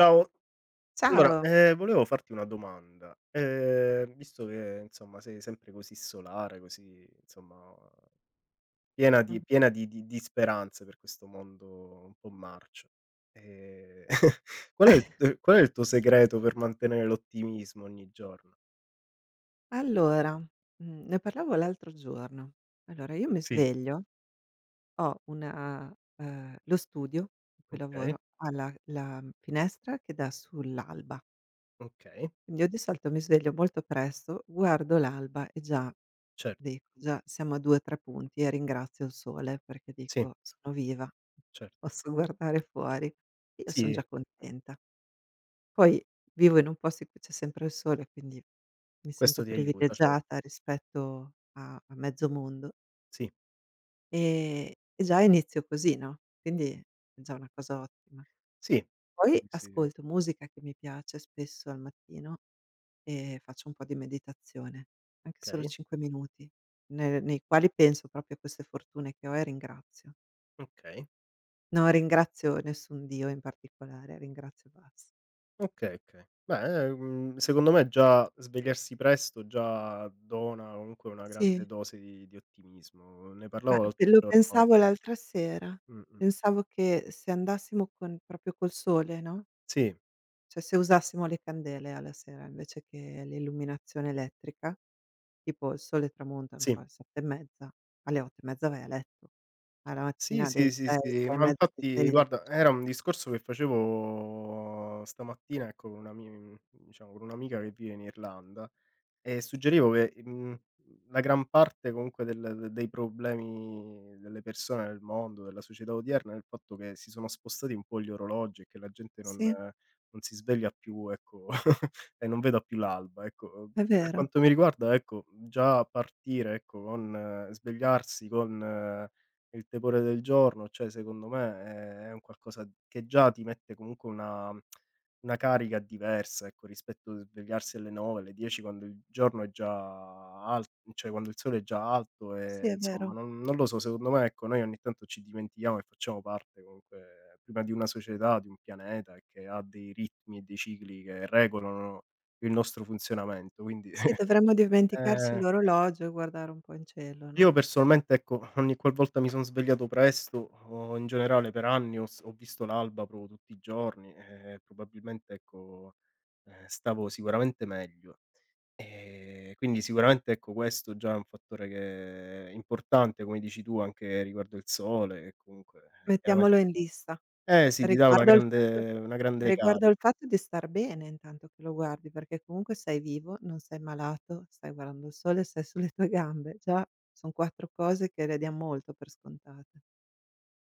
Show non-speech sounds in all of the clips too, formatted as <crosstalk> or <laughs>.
Ciao, allora, Ciao. Volevo farti una domanda. Visto che, insomma, sei sempre così solare, così, insomma, piena Mh. di piena di di di speranze per questo mondo un po' marcio, ehm, <laughs> qual è il tuo segreto per mantenere l'ottimismo ogni giorno? Allora, ne parlavo l'altro giorno. Allora, io mi Sì, sveglio, ho una lo studio in cui okay, lavoro ha la finestra che dà sull'alba. okay, Quindi io di solito mi sveglio molto presto, guardo l'alba e già certo, dico: "Già siamo a 2, 3 punti", e ringrazio il sole perché sì, dico: "Sono viva, certo. posso guardare fuori". Io son Sì, già contenta. Poi vivo in un posto in cui c'è sempre il sole, quindi mi sento questo ti aiuta, privilegiata certo. rispetto a mezzo mondo, Sì, ehm, e già inizio così, no, quindi è già una cosa ottima. sì, Poi sì, sì, ascolto musica che mi piace spesso al mattino e faccio un po' di meditazione, anche solo okay, 5 minuti, ne nei quali penso proprio a queste fortune che ho e ringrazio. okay. Non ringrazio nessun dio in particolare, ringrazio e basta. Okay, okay. Beh, secondo me già svegliarsi presto già dona comunque una grande Sì. dose di ottimismo. Ne Ma parlavo pe l'altro lo giorno, pensavo l'altra sera. mh-mh. Pensavo che se andassimo con proprio col sole, no, Sì, cioè se usassimo le candele alla sera invece che l'illuminazione elettrica, tipo il sole tramonta, non sì. so, alle 7 e mezza, alle 8 e mezza vai a letto, alla Sì, mattina alle sì, sì, 6, sì, 6 e ma mezza ti infatti svegli, guarda, cioè era un discorso che facevo stamattina, ecco, con una diciamo, con un'amica che vive in Irlanda. Suggerivo che, la gran parte comunque del dei problemi delle persone nel mondo, della società odierna, è il fatto che si sono spostati un po' gli orologi e che la gente non sì, non si sveglia più, ecco, e non veda più l'alba, ecco. È Per vero, quanto mi riguarda, ecco, già partire, ecco, con svegliarsi con il tepore del giorno, cioè secondo me è un qualcosa che già ti mette comunque una carica diversa, ecco, rispetto a svegliarsi alle 9, alle 10, quando il giorno è già al cioè quando il sole è già alto, sì, e è vero. insomma non lo so, secondo me, ecco, noi ogni tanto ci dimentichiamo e facciamo parte comunque prima di una società, di un pianeta, e che ha dei ritmi e dei cicli che regolano il nostro funzionamento. Quindi. Sì, <laughs> dovremmo dimenticarci ehm, l'orologio e guardare un po' in cielo, no? io personalmente, ecco, ogni qualvolta mi son svegliato presto, o in generale per anni ho visto l'alba proprio tutti i giorni, e probabilmente, ecco, stavo sicuramente meglio. Quindi sicuramente, ecco, questo già è un fattore che è importante, come dici tu, anche riguardo il sole che comunque, chiaramente, Mettiamolo in lista. eh sì, ti dà Riguardo al fatto una grande riguardo carica. al fatto di star bene intanto che lo guardi, perché comunque sei vivo, non sei malato, stai guardando il sole, sei sulle tue gambe. Già son 4 cose che le diam molto per scontate.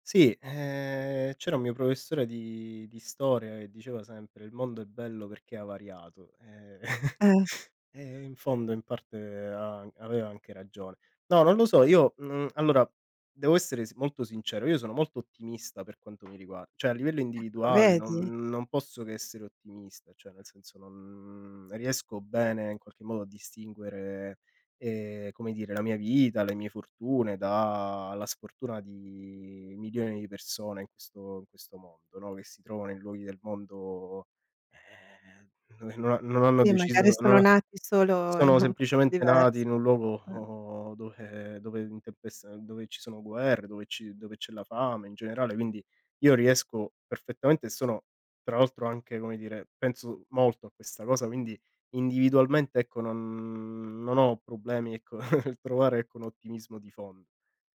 Sì, c'era un mio professore di storia che diceva sempre: "Il mondo è bello perché ha variato". <laughs> Eh, in fondo, in parte ha aveva anche ragione. No, non lo so, io, allora, devo essere s molto sincero, io sono molto ottimista per quanto mi riguarda, cioè a livello ecco individuale vedi? non posso che essere ottimista, cioè nel senso non riesco bene in qualche modo a distinguere, come dire, la mia vita, le mie fortune dalla sfortuna di milioni di persone in questo mondo, no, che si trovano in luoghi del mondo, dove non hanno Sì, deciso, magari sono non nati solo sono in un posto semplicemente nati diverso. in un luogo, Eh. oh, dove dove in tempest dove ci sono guerre, dove c'è la fame in generale, quindi io riesco perfettamente, e sono tra l'altro anche, come dire, penso molto a questa cosa, quindi individualmente, ecco, non ho problemi, ecco, <laughs> nel trovare, ecco, un ottimismo di fondo.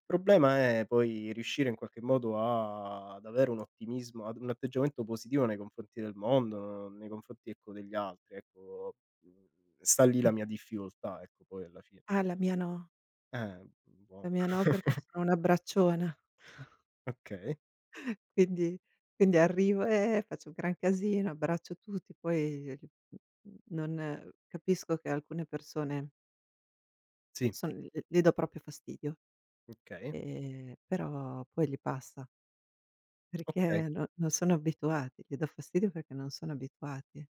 Il problema è poi riuscire in qualche modo a ad avere un ottimismo, ad un atteggiamento positivo nei confronti del mondo, nei confronti, ecco, degli altri, ecco. Mhmm, Sta lì la mia difficoltà, ecco, poi alla fine. Ah, la Buono. mia no perché <laughs> sono una bracciona. Okay. Quindi arrivo, faccio un gran casino, abbraccio tutti, poi non capisco che alcune persone Sì, son le do proprio fastidio, okay, però poi gli passa, okay. perché non sono abituati, gli do fastidio perché non sono abituati.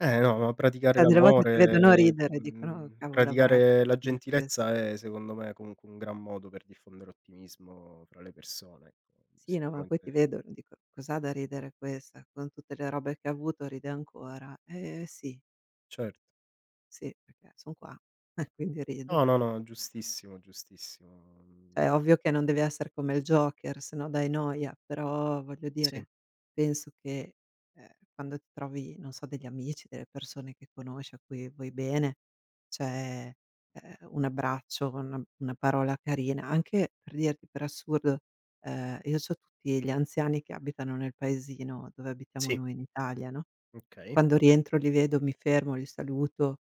No, ma praticare Cioè delle volte ti vedono l'amore, ridere e dicono: "Cavolo, avrà da praticare la ridere que", gentilezza è, secondo me, comunque un gran modo per diffondere ottimismo fra le persone, ecco. sì, no, ma poi ti Sicuramente vedono e dico: "Cos'ha da ridere questa? Con tutte le robe che ha avuto ride ancora". Eh sì, certo. sì, perché son qua, <laughs> quindi rido. No, no, no, giustissimo, giustissimo. Mhmm, È ovvio che non deve essere come il Joker, se no dai noia, però voglio sì, dire, penso che, quando ti trovi, non so, degli amici, delle persone che conosci, a cui vuoi bene, cioè, un abbraccio, una parola carina, anche per dirti, per assurdo, io c'ho tutti gli anziani che abitano nel paesino dove abitiamo sì, noi in Italia, no, okay, quando rientro li vedo, mi fermo, li saluto,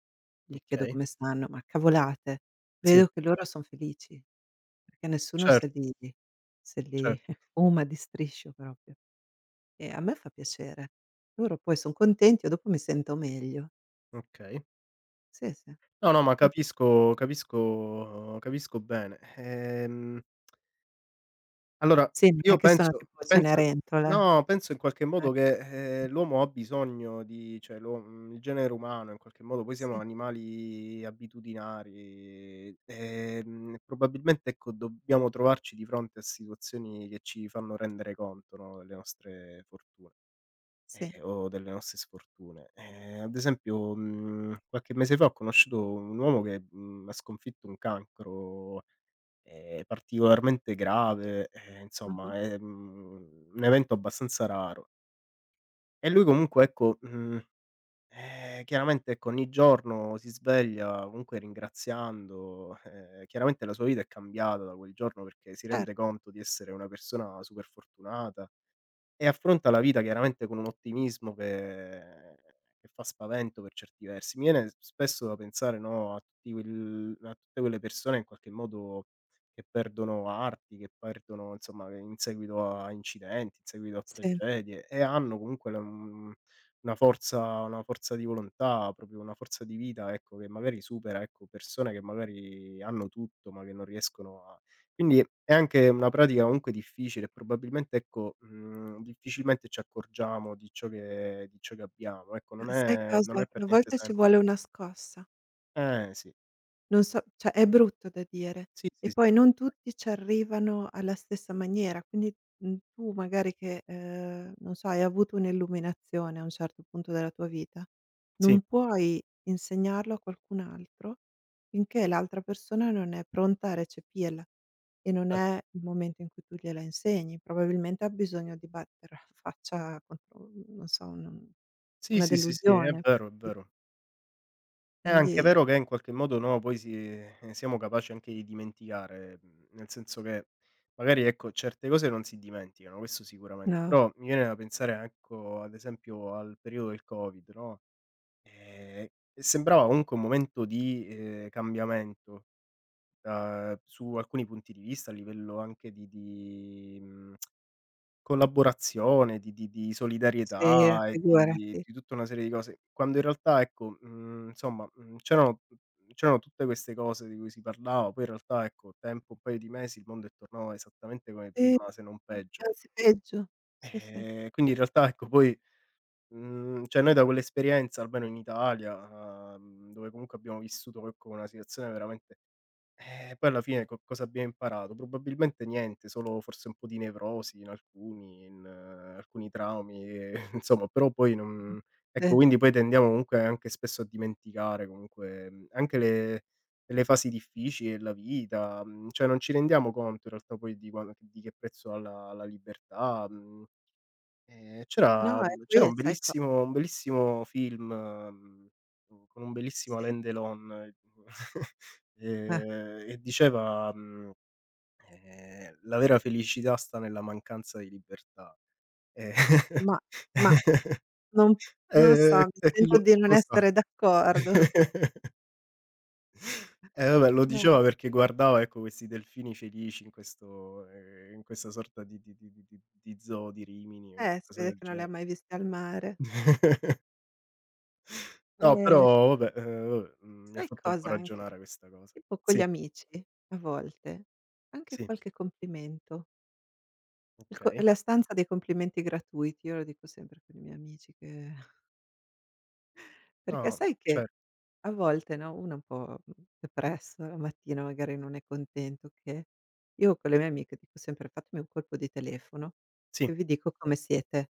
gli chiedo okay. come stanno, ma cavolate, Sì, vedo che loro son felici. Perché nessuno se certo, li se li certo, <laughs> fuma di striscio proprio. E a me fa piacere. Loro poi son contenti, io dopo mi sento meglio. okay. Sì, sì. No, no, ma Vabbè. capisco, capisco, capisco bene. Allora, Sì, non è io che sono penso, tipo penso, Cenerentola, no, penso in qualche modo ecco. che, l'uomo ha bisogno di, cioè il genere umano, in qualche modo, poi siamo Sì, animali abitudinari, probabilmente ecco dobbiamo trovarci di fronte a situazioni che ci fanno rendere conto, no, delle nostre fortune. sì. O delle nostre sfortune. Ad esempio, qualche mese fa ho conosciuto un uomo che, ha sconfitto un cancro, particolarmente grave, Mh-mh. insomma è, un evento abbastanza raro. E lui comunque, ecco, chiaramente, ecco, ogni giorno si sveglia comunque ringraziando, chiaramente la sua vita è cambiata da quel giorno, perché si rende Certo. conto di essere una persona super fortunata, e affronta la vita chiaramente con un ottimismo che fa spavento per certi versi. Mi viene s spesso da pensare, no, a tutte quelle persone in qualche modo che perdono arti, che perdono, insomma, che in seguito a incidenti, in seguito a Sì. tragedie, e hanno comunque una forza, di volontà, proprio una forza di vita, ecco, che magari supera, ecco, persone che magari hanno tutto, ma che non riescono a, quindi è anche una pratica comunque difficile, e probabilmente, ecco, difficilmente ci accorgiamo di ciò che abbiamo. Ecco, Ma sai non cosa? è Che per a niente volte ci sem vuole una scossa. eh sì, Non so, cioè è brutto da dire. sì, E sì, poi non tutti ci arrivano alla stessa maniera, quindi, tu magari che, non so, hai avuto un'illuminazione a un certo punto della tua vita, sì, non puoi insegnarlo a qualcun altro finché l'altra persona non è pronta a recepirla e non cer è il momento in cui tu gliela insegni. Probabilmente ha bisogno di batter la faccia contro, non so, un sì, una sì, sì, sì, è delusione. vero, è vero. È anche Quindi vero che in qualche modo, no, poi si, siamo capaci anche di dimenticare, nel senso che magari, ecco, certe cose non si dimenticano, questo sicuramente, no, però mi viene da pensare, ecco, ad esempio al periodo del Covid, no? Ehm, e sembrava comunque un momento di, cambiamento, da su alcuni punti di vista, a livello anche di, collaborazione, di sì, solidarietà, e figurati. di tutta una serie di cose, quando in realtà, ecco, insomma, c'erano tutte queste cose di cui si parlava, poi in realtà, ecco, tempo un paio di mesi, il mondo è tornato esattamente come Sì, prima, se non peggio. anzi peggio. Sì, sì. Quindi in realtà, ecco, poi, cioè noi da quell'esperienza, almeno in Italia, dove comunque abbiamo vissuto, ecco, una situazione veramente, poi alla fine co cosa abbiamo imparato? Probabilmente niente, solo forse un po' di nevrosi in alcuni traumi, e <laughs> insomma, però poi Mh. non, ecco, Sì. quindi poi tendiamo comunque anche spesso a dimenticare comunque, anche le fasi difficili della vita, cioè non ci rendiamo conto in realtà poi di che prezzo ha la libertà. Mhmm No, e poi C'era un sai co bellissimo, un bellissimo film, con un bellissimo sì? Alain Delon, <laughs> Eh. E diceva, "La vera felicità sta nella mancanza di libertà". Eh, Ma ma <laughs> non non so, mi e chi sento di non lo sa. essere d'accordo. <laughs> Vabbè, lo No. diceva perché guardava, ecco, questi delfini felici in questa sorta di zoo di Rimini, o Si qualcosa vede del che non le ha gene mai viste al mare. No, Ehm, però vabbè, vabbè, mi ha sai fatto un po' cosa anche? ragionare questa cosa. Tipo con gli Sì, amici a volte, anche sì, qualche complimento. Il co okay. la stanza dei complimenti gratuiti, io lo dico sempre con i miei amici che, perché No, sai che cer a volte, no, uno è un po', depresso, la mattina magari non è contento, che io con le mie amiche dico sempre: "Fatemi un colpo di telefono che sì, vi dico come siete",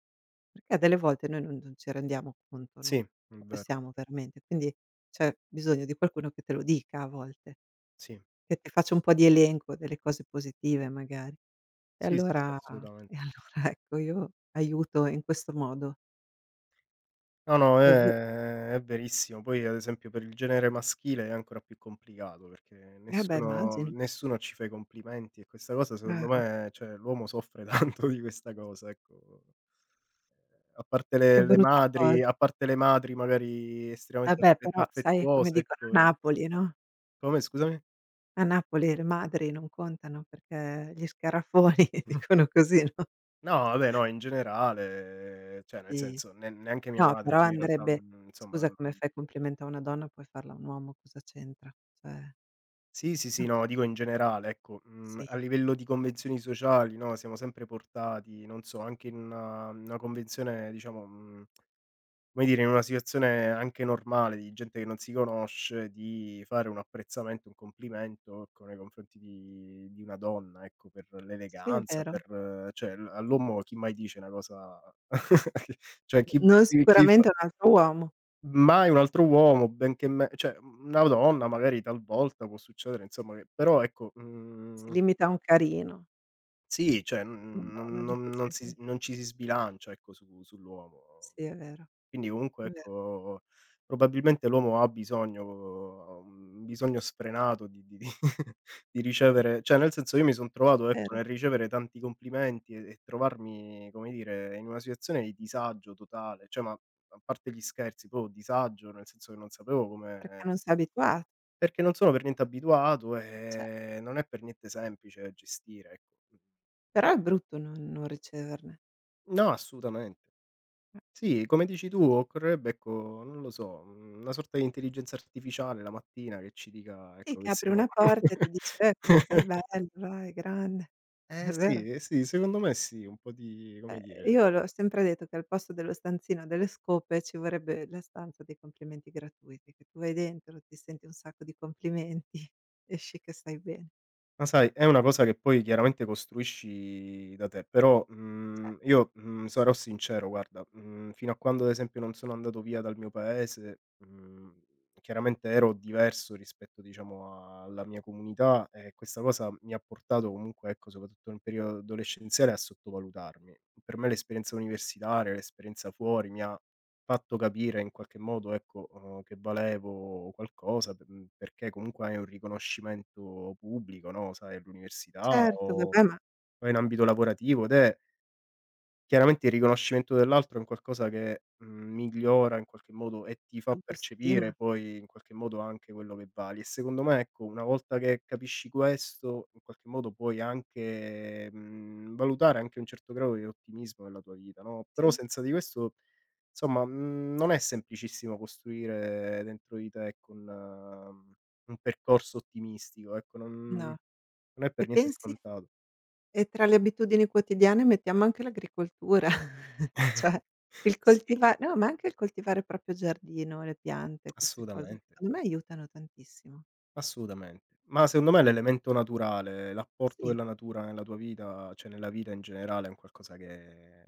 perché delle volte noi non ci rendiamo conto, sì, no, è come vero. siamo veramente. Quindi c'è bisogno di qualcuno che te lo dica a volte, Sì, che ti faccia un po' di elenco delle cose positive magari. E sì, sì, sì, allora <laughs> assolutamen e allora ecco, io aiuto in questo modo. No, no, E vo è verissimo. Poi, ad esempio, per il genere maschile è ancora più complicato perché eh beh, immagino. nessuno ci fa i complimenti, e questa cosa Ah, secondo me, cioè l'uomo soffre <laughs> tanto di questa cosa, ecco. A parte che le brutta cosa. madri, magari estremamente Vabbè, però sai come affettuose, dicono ecco, a Napoli, no, come, scusami? a Napoli le madri non contano perché gli scarafoni <laughs> dicono così, no, No, vabbè, no, in generale, cioè nel sì. senso, ne neanche mia No, madre però poi, in realtà, andrebbe, insomma. scusa, come Mhmm fai complimento a una donna, puoi farlo a un uomo, cosa c'entra? Cioè, Sì, sì, sì, no, no, dico in generale, ecco, a sì, livello di convenzioni sociali, no, siamo sempre portati, non so, anche in una convenzione, diciamo, come dire, in una situazione anche normale di gente che non si conosce, di fare un apprezzamento, un complimento, ecco, nei confronti di una donna, ecco, per sì è l'eleganza, vero. per cioè l all'uomo chi mai dice una cosa? <laughs> Cioè N non chi. sicuramente un altro uomo, Mai un altro uomo, benché me cioè, una donna magari talvolta può succedere, insomma, che però ecco, si limita a un carino. sì, cioè, Una donna è non non non difficile. non ci si sbilancia, ecco, su sull'uomo. Sì, Quindi comunque, è vero, ecco, probabilmente l'uomo ha un bisogno sfrenato di <laughs> di ricevere, <laughs> cioè nel senso io mi son trovato, è ecco, vero, nel ricevere tanti complimenti, e trovarmi, come dire, in una situazione di disagio totale, cioè, ma a parte gli scherzi, proprio disagio, nel senso che non sapevo perché come, non sei abituato, perché non sono per niente abituato, cioè e non è per niente semplice gestire, ecco. però è brutto non riceverne. No, assolutamente. Sì, come dici tu, occorrerebbe, ecco, non lo so, una sorta di intelligenza artificiale la mattina che ci dica, Sì, ecco, che che apri siamo. una porta e ti dice: <laughs> come sei bello, vai, grande." Eh È vero. sì, eh sì, secondo me sì, un po' di, Ehm, come dire. io l'ho sempre detto che al posto dello stanzino delle scope ci vorrebbe la stanza dei complimenti gratuiti, che tu vai dentro, ti senti un sacco di complimenti, <laughs> esci che stai bene. Ma sai, è una cosa che poi chiaramente costruisci da te, però, Cer io, sarò sincero, guarda, fino a quando, ad esempio, non sono andato via dal mio paese, chiaramente ero diverso rispetto, diciamo, alla mia comunità, e questa cosa mi ha portato comunque, ecco, soprattutto nel periodo adolescenziale, a sottovalutarmi. Per me l'esperienza universitaria, l'esperienza fuori, mi ha fatto capire in qualche modo, ecco, che valevo qualcosa, perché comunque hai un riconoscimento pubblico, no, sai, all'università certo, vabbè, ma o in ambito lavorativo, ed è. Chiaramente il riconoscimento dell'altro è un qualcosa che, migliora in qualche modo e ti fa percepire autostima, poi in qualche modo anche quello che vali. E secondo me, ecco, una volta che capisci questo, in qualche modo puoi anche, valutare anche un certo grado di ottimismo nella tua vita, no, però sì, senza di questo, insomma, non è semplicissimo costruire dentro di te, ecco, un percorso ottimistico, ecco, no. Non è E per niente pensi scontato. E tra le abitudini quotidiane mettiamo anche l'agricoltura, <laughs> cioè <laughs> il Sì, coltiva no, ma anche il coltivare il proprio giardino, le piante, queste cose assolutamente. secondo me aiutano tantissimo. Assolutamente. Ma secondo me l'elemento naturale, l'apporto Sì, della natura nella tua vita, cioè nella vita in generale, è un qualcosa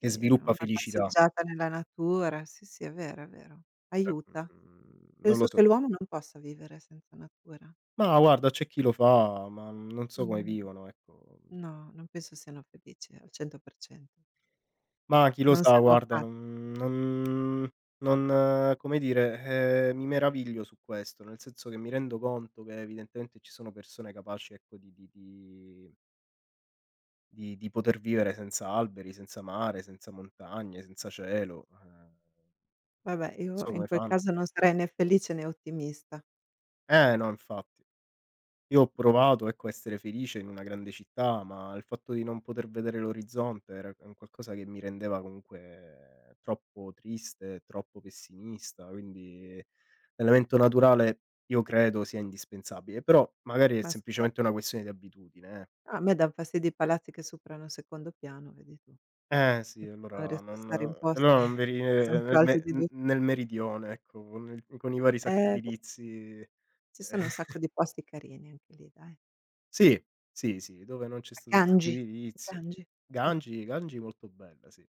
che sviluppa una felicità. passeggiata nella natura, sì, sì, è vero, Cioè, aiuta. Non lo Penso so. che l'uomo non possa vivere senza natura. Ma guarda, c'è chi lo fa, ma non so come Mhmm, vivono, ecco. no, non penso siano felici al 100%. Ma chi lo Non sa, siamo guarda, fatti. non non non come dire, mi meraviglio su questo, nel senso che mi rendo conto che evidentemente ci sono persone capaci, ecco, di poter vivere senza alberi, senza mare, senza montagne, senza cielo, Vabbè, non io so in come quel fanno. caso non sarei né felice né ottimista, Eh no, infatti. Io ho provato, ecco, a essere felice in una grande città, ma il fatto di non poter vedere l'orizzonte era un qualcosa che mi rendeva comunque troppo triste, troppo pessimista, quindi l'elemento naturale io credo sia indispensabile, però magari è ma semplicemente una questione di abitudine, eh. a me dan fastidio i palazzi che superano il secondo piano, vedi tu. Eh sì, Non riesco a stare in posti <laughs> allora non vi ri che son più nel alti me di n 2, nel meridione, ecco, con il con i vari sacchi eh, edilizi, eh. ci sono un <laughs> sacco di posti carini anche lì, dai. Sì, sì, sì, dove non c'è A stato il sacco Gangi, a edilizio. Gangi. Gangi, molto bella, sì.